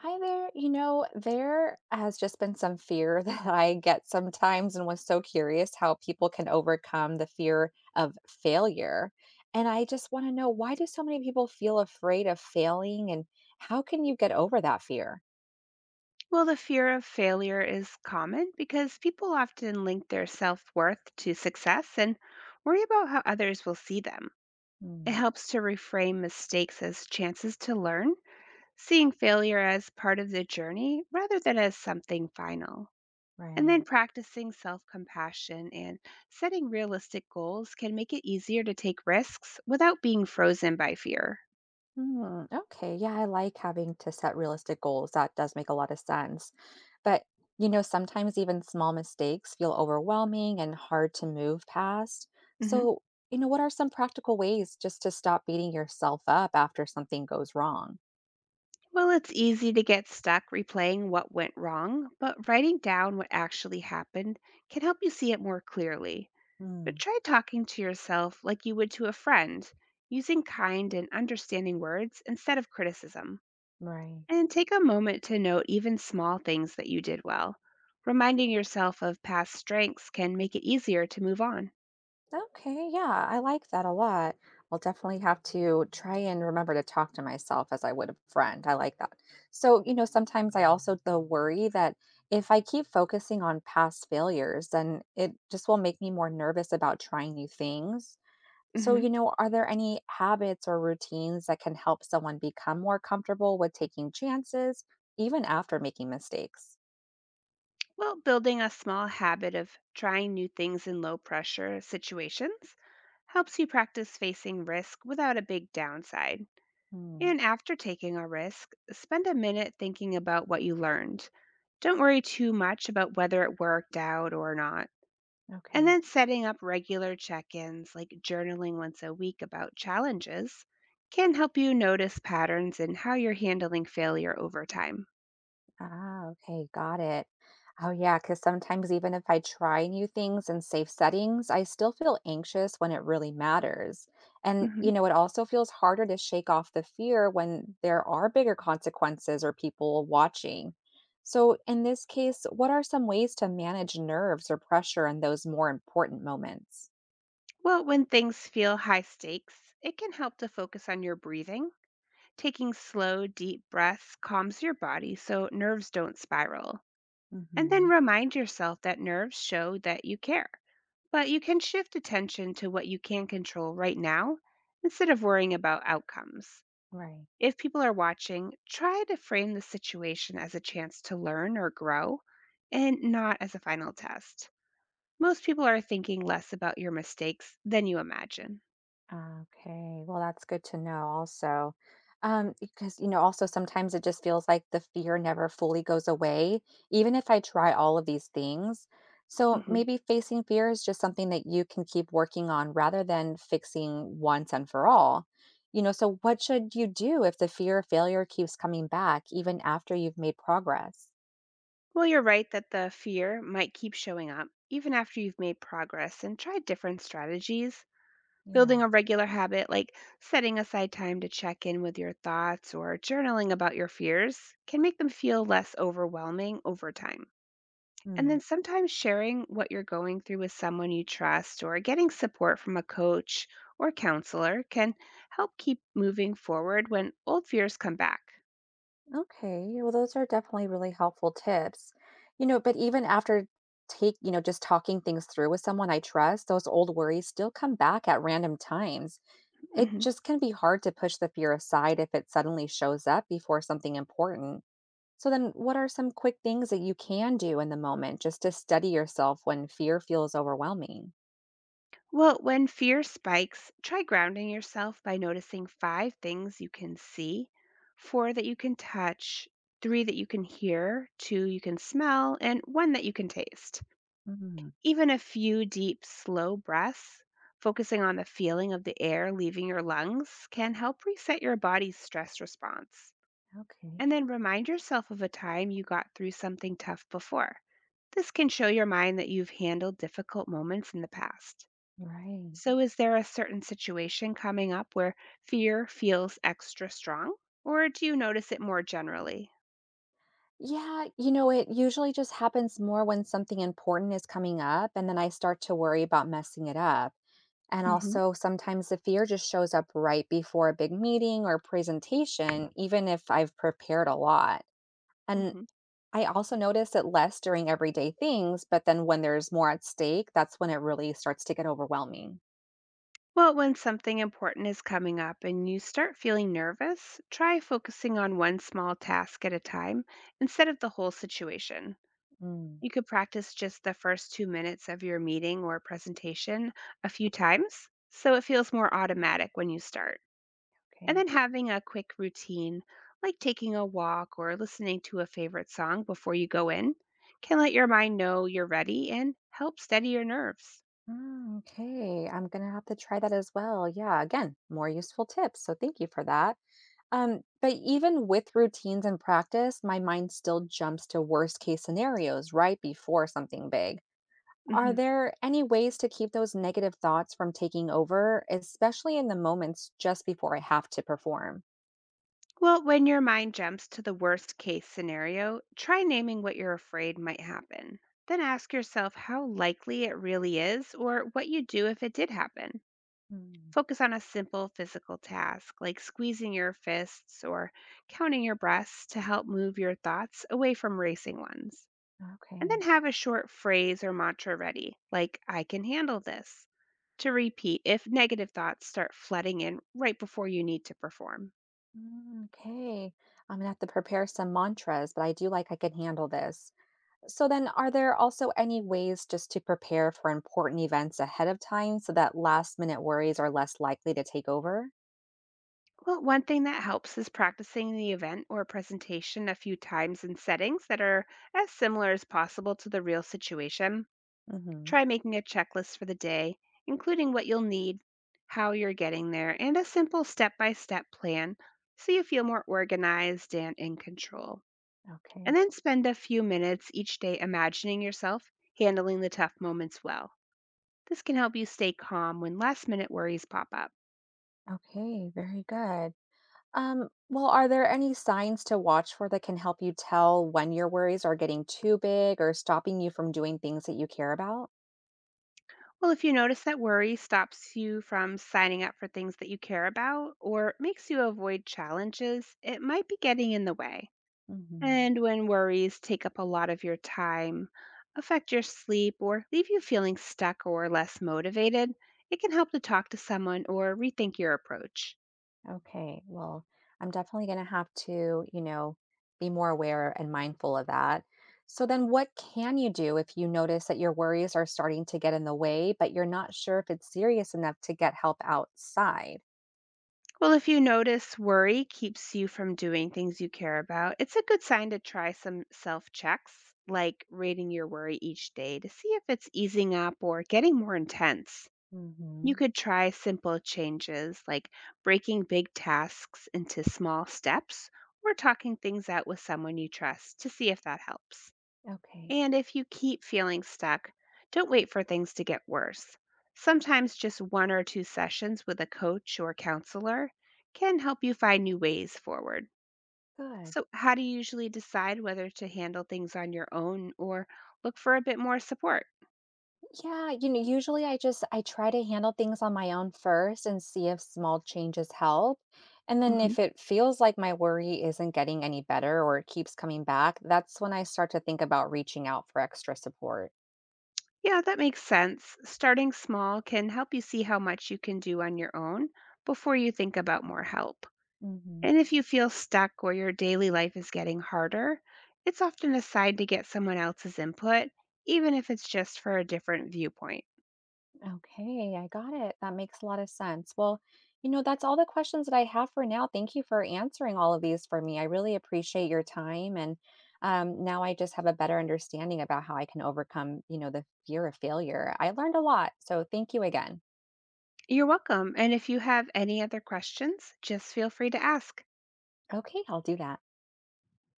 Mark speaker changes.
Speaker 1: Hi there. There has just been some fear that I get sometimes and was so curious how people can overcome the fear of failure. And I just want to know, why do so many people feel afraid of failing, and how can you get over that fear?
Speaker 2: Well, the fear of failure is common because people often link their self worth to success and worry about how others will see them. It
Speaker 1: Mm,
Speaker 2: helps to reframe mistakes as chances to learn, seeing failure as part of the journey rather than as something final. And then
Speaker 1: right.
Speaker 2: practicing self compassion and setting realistic goals can make it easier to take risks without being frozen by fear.
Speaker 1: Hmm, okay. Yeah, I like having to set realistic goals. That does make a lot of sense. But, sometimes even small mistakes feel overwhelming and hard to move past.
Speaker 2: Mhm.
Speaker 1: So, what are some practical ways just to stop beating yourself up after something goes wrong?
Speaker 2: Well, it's easy to get stuck replaying what went wrong, but writing down what actually happened can help you see it more clearly. But
Speaker 1: Mm,
Speaker 2: try talking to yourself like you would to a friend, using kind and understanding words instead of criticism.
Speaker 1: right.
Speaker 2: And take a moment to note even small things that you did well. Reminding yourself of past strengths can make it easier to move on.
Speaker 1: Okay, yeah, I like that a lot. I'll definitely have to try and remember to talk to myself as I would a friend. I like that. So, sometimes I also though worry that if I keep focusing on past failures, then it just will make me more nervous about trying new things. So,
Speaker 2: Mhm.
Speaker 1: are there any habits or routines that can help someone become more comfortable with taking chances even after making mistakes?
Speaker 2: Well, building a small habit of trying new things in low pressure situations helps you practice facing risk without a big downside.
Speaker 1: Hmm,
Speaker 2: And after taking a risk, spend a minute thinking about what you learned. Don't worry too much about whether it worked out or not. And
Speaker 1: okay.
Speaker 2: then setting up regular check ins, like journaling once a week about challenges, can help you notice patterns in how you're handling failure over time.
Speaker 1: Ah, okay, got it. Oh, yeah, because sometimes even if I try new things in safe settings, I still feel anxious when it really matters. And,
Speaker 2: Mhm.
Speaker 1: it also feels harder to shake off the fear when there are bigger consequences or people watching. So, in this case, what are some ways to manage nerves or pressure in those more important moments?
Speaker 2: Well, when things feel high stakes, it can help to focus on your breathing. Taking slow, deep breaths calms your body so nerves don't spiral. And then
Speaker 1: Hmm.
Speaker 2: remind yourself that nerves show that you care. But you can shift attention to what you can control right now instead of worrying about outcomes.
Speaker 1: Right.
Speaker 2: If people are watching, try to frame the situation as a chance to learn or grow and not as a final test. Most people are thinking less about your mistakes than you imagine.
Speaker 1: Okay. Well, that's good to know also. Because, also sometimes it just feels like the fear never fully goes away, even if I try all of these things. So
Speaker 2: Mhm.
Speaker 1: maybe facing fear is just something that you can keep working on rather than fixing once and for all. So what should you do if the fear of failure keeps coming back even after you've made progress?
Speaker 2: Well, you're right that the fear might keep showing up even after you've made progress and tried different strategies.
Speaker 1: Yeah.
Speaker 2: Building a regular habit like setting aside time to check in with your thoughts or journaling about your fears can make them feel less overwhelming over time. And then sometimes sharing what you're going through with someone you trust or getting support from a coach or counselor can help keep moving forward when old fears come back.
Speaker 1: Okay, well, those are definitely really helpful tips. But even after just talking things through with someone I trust, those old worries still come back at random times. It
Speaker 2: Mhm.
Speaker 1: just can be hard to push the fear aside if it suddenly shows up before something important. So then what are some quick things that you can do in the moment just to steady yourself when fear feels overwhelming?
Speaker 2: Well, when fear spikes, try grounding yourself by noticing five things you can see, four that you can touch, three that you can hear, two you can smell, and one that you can taste.
Speaker 1: Mm,
Speaker 2: Even a few deep, slow breaths, focusing on the feeling of the air leaving your lungs, can help reset your body's stress response.
Speaker 1: okay.
Speaker 2: And then remind yourself of a time you got through something tough before. This can show your mind that you've handled difficult moments in the past.
Speaker 1: Right.
Speaker 2: So, is there a certain situation coming up where fear feels extra strong, or do you notice it more generally?
Speaker 1: Yeah, it usually just happens more when something important is coming up, and then I start to worry about messing it up. And
Speaker 2: Hmm.
Speaker 1: also, sometimes the fear just shows up right before a big meeting or presentation, even if I've prepared a lot. And
Speaker 2: Hmm.
Speaker 1: I also notice it less during everyday things, but then when there's more at stake, that's when it really starts to get overwhelming.
Speaker 2: Well, when something important is coming up and you start feeling nervous, try focusing on one small task at a time instead of the whole situation.
Speaker 1: Mm,
Speaker 2: You could practice just the first 2 minutes of your meeting or presentation a few times so it feels more automatic when you start. And
Speaker 1: okay.
Speaker 2: then having a quick routine, like taking a walk or listening to a favorite song before you go in, can let your mind know you're ready and help steady your nerves.
Speaker 1: Mm, okay. I'm going to have to try that as well. Yeah. Again, more useful tips. So thank you for that. But even with routines and practice, my mind still jumps to worst case scenarios right before something big. Are
Speaker 2: Mhm.
Speaker 1: there any ways to keep those negative thoughts from taking over, especially in the moments just before I have to perform?
Speaker 2: Well, when your mind jumps to the worst case scenario, try naming what you're afraid might happen. Then ask yourself how likely it really is or what you'd do if it did happen.
Speaker 1: Hmm.
Speaker 2: Focus on a simple physical task like squeezing your fists or counting your breaths to help move your thoughts away from racing ones. And then
Speaker 1: Okay.
Speaker 2: have a short phrase or mantra ready, like, I can handle this, to repeat if negative thoughts start flooding in right before you need to perform.
Speaker 1: Mm, okay. I'm gonna have to prepare some mantras, but I do like "I can handle this." So then are there also any ways just to prepare for important events ahead of time so that last minute worries are less likely to take over?
Speaker 2: Well, one thing that helps is practicing the event or presentation a few times in settings that are as similar as possible to the real situation.
Speaker 1: Hmm.
Speaker 2: Try making a checklist for the day, including what you'll need, how you're getting there, and a simple step by step plan so you feel more organized and in control. And
Speaker 1: Okay.
Speaker 2: then spend a few minutes each day imagining yourself handling the tough moments well. This can help you stay calm when last minute worries pop up.
Speaker 1: Okay, very good. Well, are there any signs to watch for that can help you tell when your worries are getting too big or stopping you from doing things that you care about?
Speaker 2: Well, if you notice that worry stops you from signing up for things that you care about or makes you avoid challenges, it might be getting in the way.
Speaker 1: Hmm.
Speaker 2: And when worries take up a lot of your time, affect your sleep, or leave you feeling stuck or less motivated, it can help to talk to someone or rethink your approach.
Speaker 1: Okay. Well, I'm definitely going to have to, be more aware and mindful of that. So then what can you do if you notice that your worries are starting to get in the way, but you're not sure if it's serious enough to get help outside?
Speaker 2: Well, if you notice worry keeps you from doing things you care about, it's a good sign to try some self checks, like rating your worry each day to see if it's easing up or getting more intense. You
Speaker 1: Hmm.
Speaker 2: could try simple changes like breaking big tasks into small steps or talking things out with someone you trust to see if that helps.
Speaker 1: Okay.
Speaker 2: And if you keep feeling stuck, don't wait for things to get worse. Sometimes just one or two sessions with a coach or counselor can help you find new ways forward.
Speaker 1: Good.
Speaker 2: So, how do you usually decide whether to handle things on your own or look for a bit more support?
Speaker 1: Yeah, usually I try to handle things on my own first and see if small changes help. And then
Speaker 2: Hmm.
Speaker 1: if it feels like my worry isn't getting any better or it keeps coming back, that's when I start to think about reaching out for extra support.
Speaker 2: Yeah, that makes sense. Starting small can help you see how much you can do on your own before you think about more help.
Speaker 1: Hmm.
Speaker 2: And if you feel stuck or your daily life is getting harder, it's often a sign to get someone else's input, even if it's just for a different viewpoint.
Speaker 1: Okay, I got it. That makes a lot of sense. Well, that's all the questions that I have for now. Thank you for answering all of these for me. I really appreciate your time. And now I just have a better understanding about how I can overcome, the fear of failure. I learned a lot. So thank you again.
Speaker 2: You're welcome. And if you have any other questions, just feel free to ask.
Speaker 1: Okay, I'll do that.